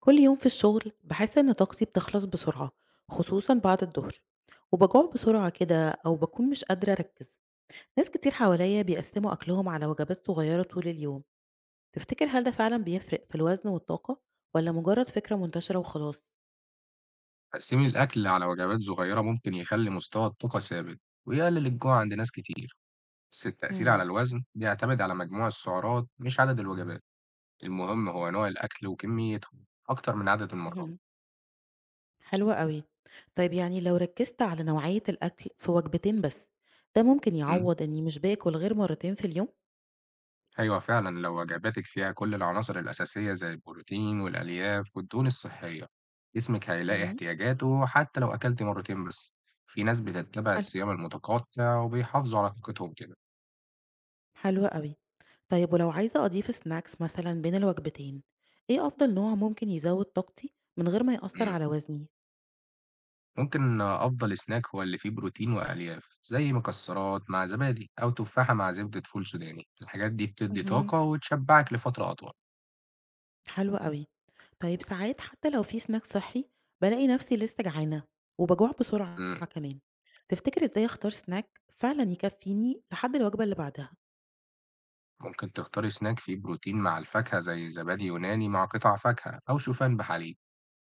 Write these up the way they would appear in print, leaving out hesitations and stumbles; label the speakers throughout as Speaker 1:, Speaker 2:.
Speaker 1: كل يوم في الشغل بحس إن طاقتي بتخلص بسرعة، خصوصا بعد الظهر. وبجوع بسرعة كده أو بكون مش قادرة أركز. ناس كتير حواليا بيقسموا أكلهم على وجبات صغيرة طول اليوم. تفتكر هل ده فعلا بيفرق في الوزن والطاقة، ولا مجرد فكرة منتشرة وخلاص؟
Speaker 2: تقسيم الأكل على وجبات صغيرة ممكن يخلي مستوى الطاقة ثابت ويقلل الجوع عند ناس كتير، بس التأثير على
Speaker 1: مم.
Speaker 2: الوزن بيعتمد على مجموع السعرات مش عدد الوجبات، المهم هو نوع الأكل وكميته أكتر من عدد المرات.
Speaker 1: مهم. حلوة قوي. طيب يعني لو ركزت على نوعية الأكل في وجبتين بس، ده ممكن
Speaker 2: أمم،
Speaker 1: يعوض إني مش باكل غير مرتين في اليوم؟
Speaker 2: أيوة فعلا لو وجباتك فيها كل العناصر الأساسية زي البروتين والألياف والدهون الصحية، جسمك هيلاقي
Speaker 1: مهم.
Speaker 2: احتياجاته حتى لو أكلت مرتين بس. في ناس بتتبع
Speaker 1: حلو.
Speaker 2: الصيام المتقطع وبيحافظوا على طاقتهم كده.
Speaker 1: حلو قوي. طيب ولو عايزة أضيف سناكس مثلا بين الوجبتين، إيه أفضل نوع ممكن يزود طاقتي من غير ما يأثر
Speaker 2: أمم.
Speaker 1: على وزني؟
Speaker 2: ممكن أفضل سناك هو اللي فيه بروتين وألياف زي مكسرات مع زبادي أو تفاحة مع زبدة فول سوداني الحاجات دي بتدي
Speaker 1: مهم.
Speaker 2: طاقة وتشبعك لفترة أطول.
Speaker 1: حلو قوي. طيب ساعات حتى لو في سناك صحي، بلاقي نفسي لسه جعانة وبجوع بسرعة
Speaker 2: مم.
Speaker 1: كمان. تفتكر إزاي أختار سناك فعلا يكفيني لحد الوجبة اللي بعدها؟
Speaker 2: ممكن تختار سناك فيه بروتين مع الفاكهة زي زبادي يوناني مع قطع فاكهة أو شوفان بحليب.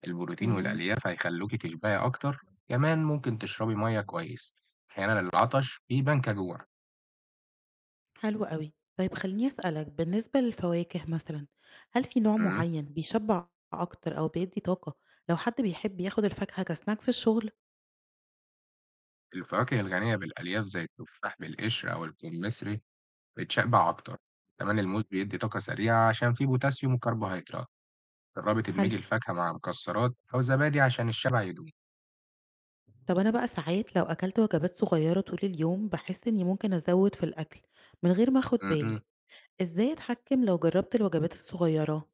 Speaker 2: البروتين
Speaker 1: مم.
Speaker 2: والألياف هيخلوكي تشبعي أكتر. كمان ممكن تشربي مية كويس، أحيانا العطش بيبان كجوع.
Speaker 1: حلو قوي. طيب خليني أسألك بالنسبة للفواكه مثلا، هل في نوع
Speaker 2: مم.
Speaker 1: معين بيشبع أكتر أو بيدي طاقة لو حد بيحب ياخد الفاكهة كسناك في الشغل؟
Speaker 2: الفواكه الغنية بالألياف زي التفاح بالقشر أو الكمثري بتشبع أكتر، كمان الموز بيدي طاقة سريعة عشان فيه بوتاسيوم وكربوهيدرات، جربي
Speaker 1: حلو.
Speaker 2: تدمجي الفاكهة مع مكسرات أو زبادي عشان الشبع يدوم.
Speaker 1: طب أنا بقى ساعات لو أكلت وجبات صغيرة طول اليوم باحس إني ممكن أزود في الأكل من غير ما أخد بالي،
Speaker 2: اهم،
Speaker 1: إزاي أتحكم لو جربت الوجبات الصغيرة؟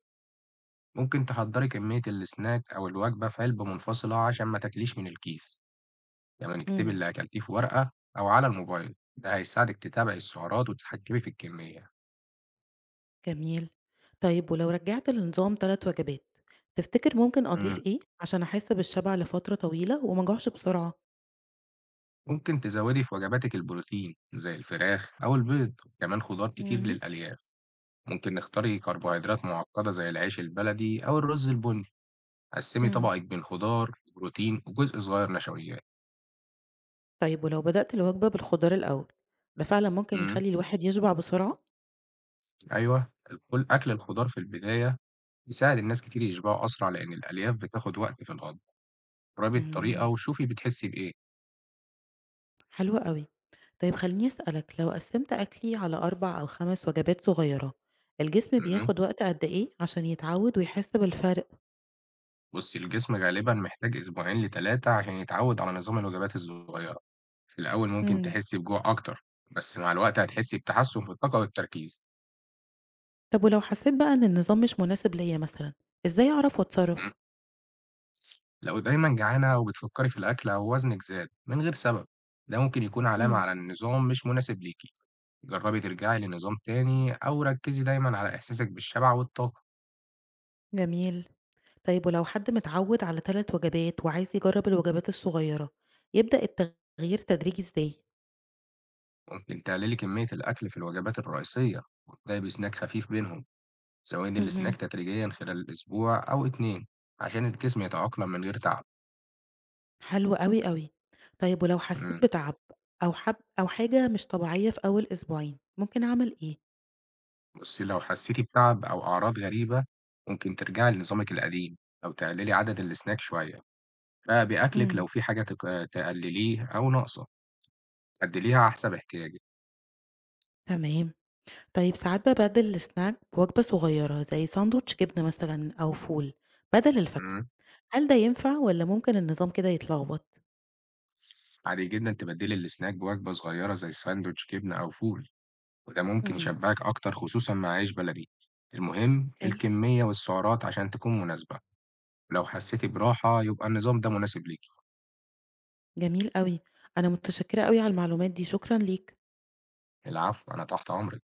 Speaker 2: ممكن تحضري كمية السناك أو الوجبة في علبة منفصلة عشان ما تاكليش من الكيس، كمان اكتبي
Speaker 1: امم.
Speaker 2: اللي أكلتيه في ورقة أو على الموبايل، ده هيساعدك تتابعي السعرات وتتحكمي في الكمية.
Speaker 1: جميل. طيب ولو رجعت لنظام تلات وجبات، تفتكر ممكن أضيف
Speaker 2: امم،
Speaker 1: إيه عشان أحس بالشبع لفترة طويلة وما أجوعش بسرعة؟
Speaker 2: ممكن تزودي في وجباتك البروتين زي الفراخ أو البيض، كمان خضار كتير
Speaker 1: امم
Speaker 2: للألياف، ممكن نختاري كربوهيدرات معقدة زي العيش البلدي أو الرز البني. قسّمي
Speaker 1: امم
Speaker 2: طبقِك بين خضار، بروتين، وجزء صغير نشويات.
Speaker 1: طيب ولو بدأت الوجبة بالخضار الأول، ده فعلا ممكن
Speaker 2: إمم،
Speaker 1: يخلي الواحد يشبع بسرعة؟
Speaker 2: أيوه، الكل أكل الخضار في البداية يساعد الناس كتير يشبعوا أسرع، لإن الألياف بتاخد وقت في الهضم. جرّبي الطريقة
Speaker 1: امم.
Speaker 2: وشوفي بتحسّي بإيه.
Speaker 1: حلو قوي. طيب خليني أسألك لو قسمت أكلي على 4 أو 5 وجبات صغيرة، الجسم
Speaker 2: اهم،
Speaker 1: بياخد وقت قد إيه عشان يتعود ويحس بالفرق؟
Speaker 2: بُصّي، الجسم غالبًا محتاج أسبوعين ل3 عشان يتعوّد على نظام الوجبات الصغيرة. في الأول ممكن
Speaker 1: امم
Speaker 2: تحسّي بجوع أكتر، بس مع الوقت هتحسّي بتحسُّن في الطاقة والتركيز.
Speaker 1: طب ولو حسيت بقى إن النظام مش مناسب ليا مثلا، إزاي أعرف
Speaker 2: إمم،
Speaker 1: وأتصرف؟
Speaker 2: لو دايمًا جعانة وبتفكّري في الأكل أو وزنِك زاد من غير سبب، ده ممكن يكون علامة
Speaker 1: امم.
Speaker 2: على إن النظام مش مناسب ليكِ. جربي ترجعي لنظام تاني أو ركزي دايما على إحساسك بالشبع والطاقة.
Speaker 1: جميل. طيب ولو حد متعود على 3 وجبات وعايز يجرب الوجبات الصغيرة، يبدأ التغيير تدريجي إزاي؟
Speaker 2: ممكن تقللي كمية الأكل في الوجبات الرئيسية وابدأي بسناك خفيف بينهم، زودي
Speaker 1: امم.
Speaker 2: السناك تدريجيا خلال الأسبوع أو اتنين عشان الجسم يتأقلم من غير تعب.
Speaker 1: حلو قوي قوي. طيب ولو حسيت
Speaker 2: مم.
Speaker 1: بتعب أو حب أو حاجة مش طبيعية في أول أسبوعين، ممكن أعمل إيه؟
Speaker 2: بصي لو حسيتي بتعب أو أعراض غريبة ممكن ترجعي لنظامك القديم أو تقللي عدد السناك شوية، راقبي أكلك
Speaker 1: امم.
Speaker 2: لو في حاجة تقلليه أو ناقصة عدليها على حسب احتياجك.
Speaker 1: تمام. طيب ساعات ببدل السناك بوجبة صغيرة زي ساندوتش جبنة مثلًا أو فول بدل الفاكهة،
Speaker 2: مم.
Speaker 1: هل ده ينفع والّا ممكن النظام كده يتلخبط؟
Speaker 2: عادي جدا تبدلي السناك بوجبة صغيرة زي ساندوتش جبنة أو فول وده ممكن
Speaker 1: إمم،
Speaker 2: يشبعك أكتر خصوصا مع عيش بلدي، المهم
Speaker 1: أيوه.
Speaker 2: الكمية والسعرات عشان تكون مناسبة، لو حسيتي براحة يبقى النظام ده مناسب ليكي.
Speaker 1: جميل أوي، أنا متشكرة أوي على المعلومات دي، شكرًا ليك.
Speaker 2: العفو أنا تحت أمرك.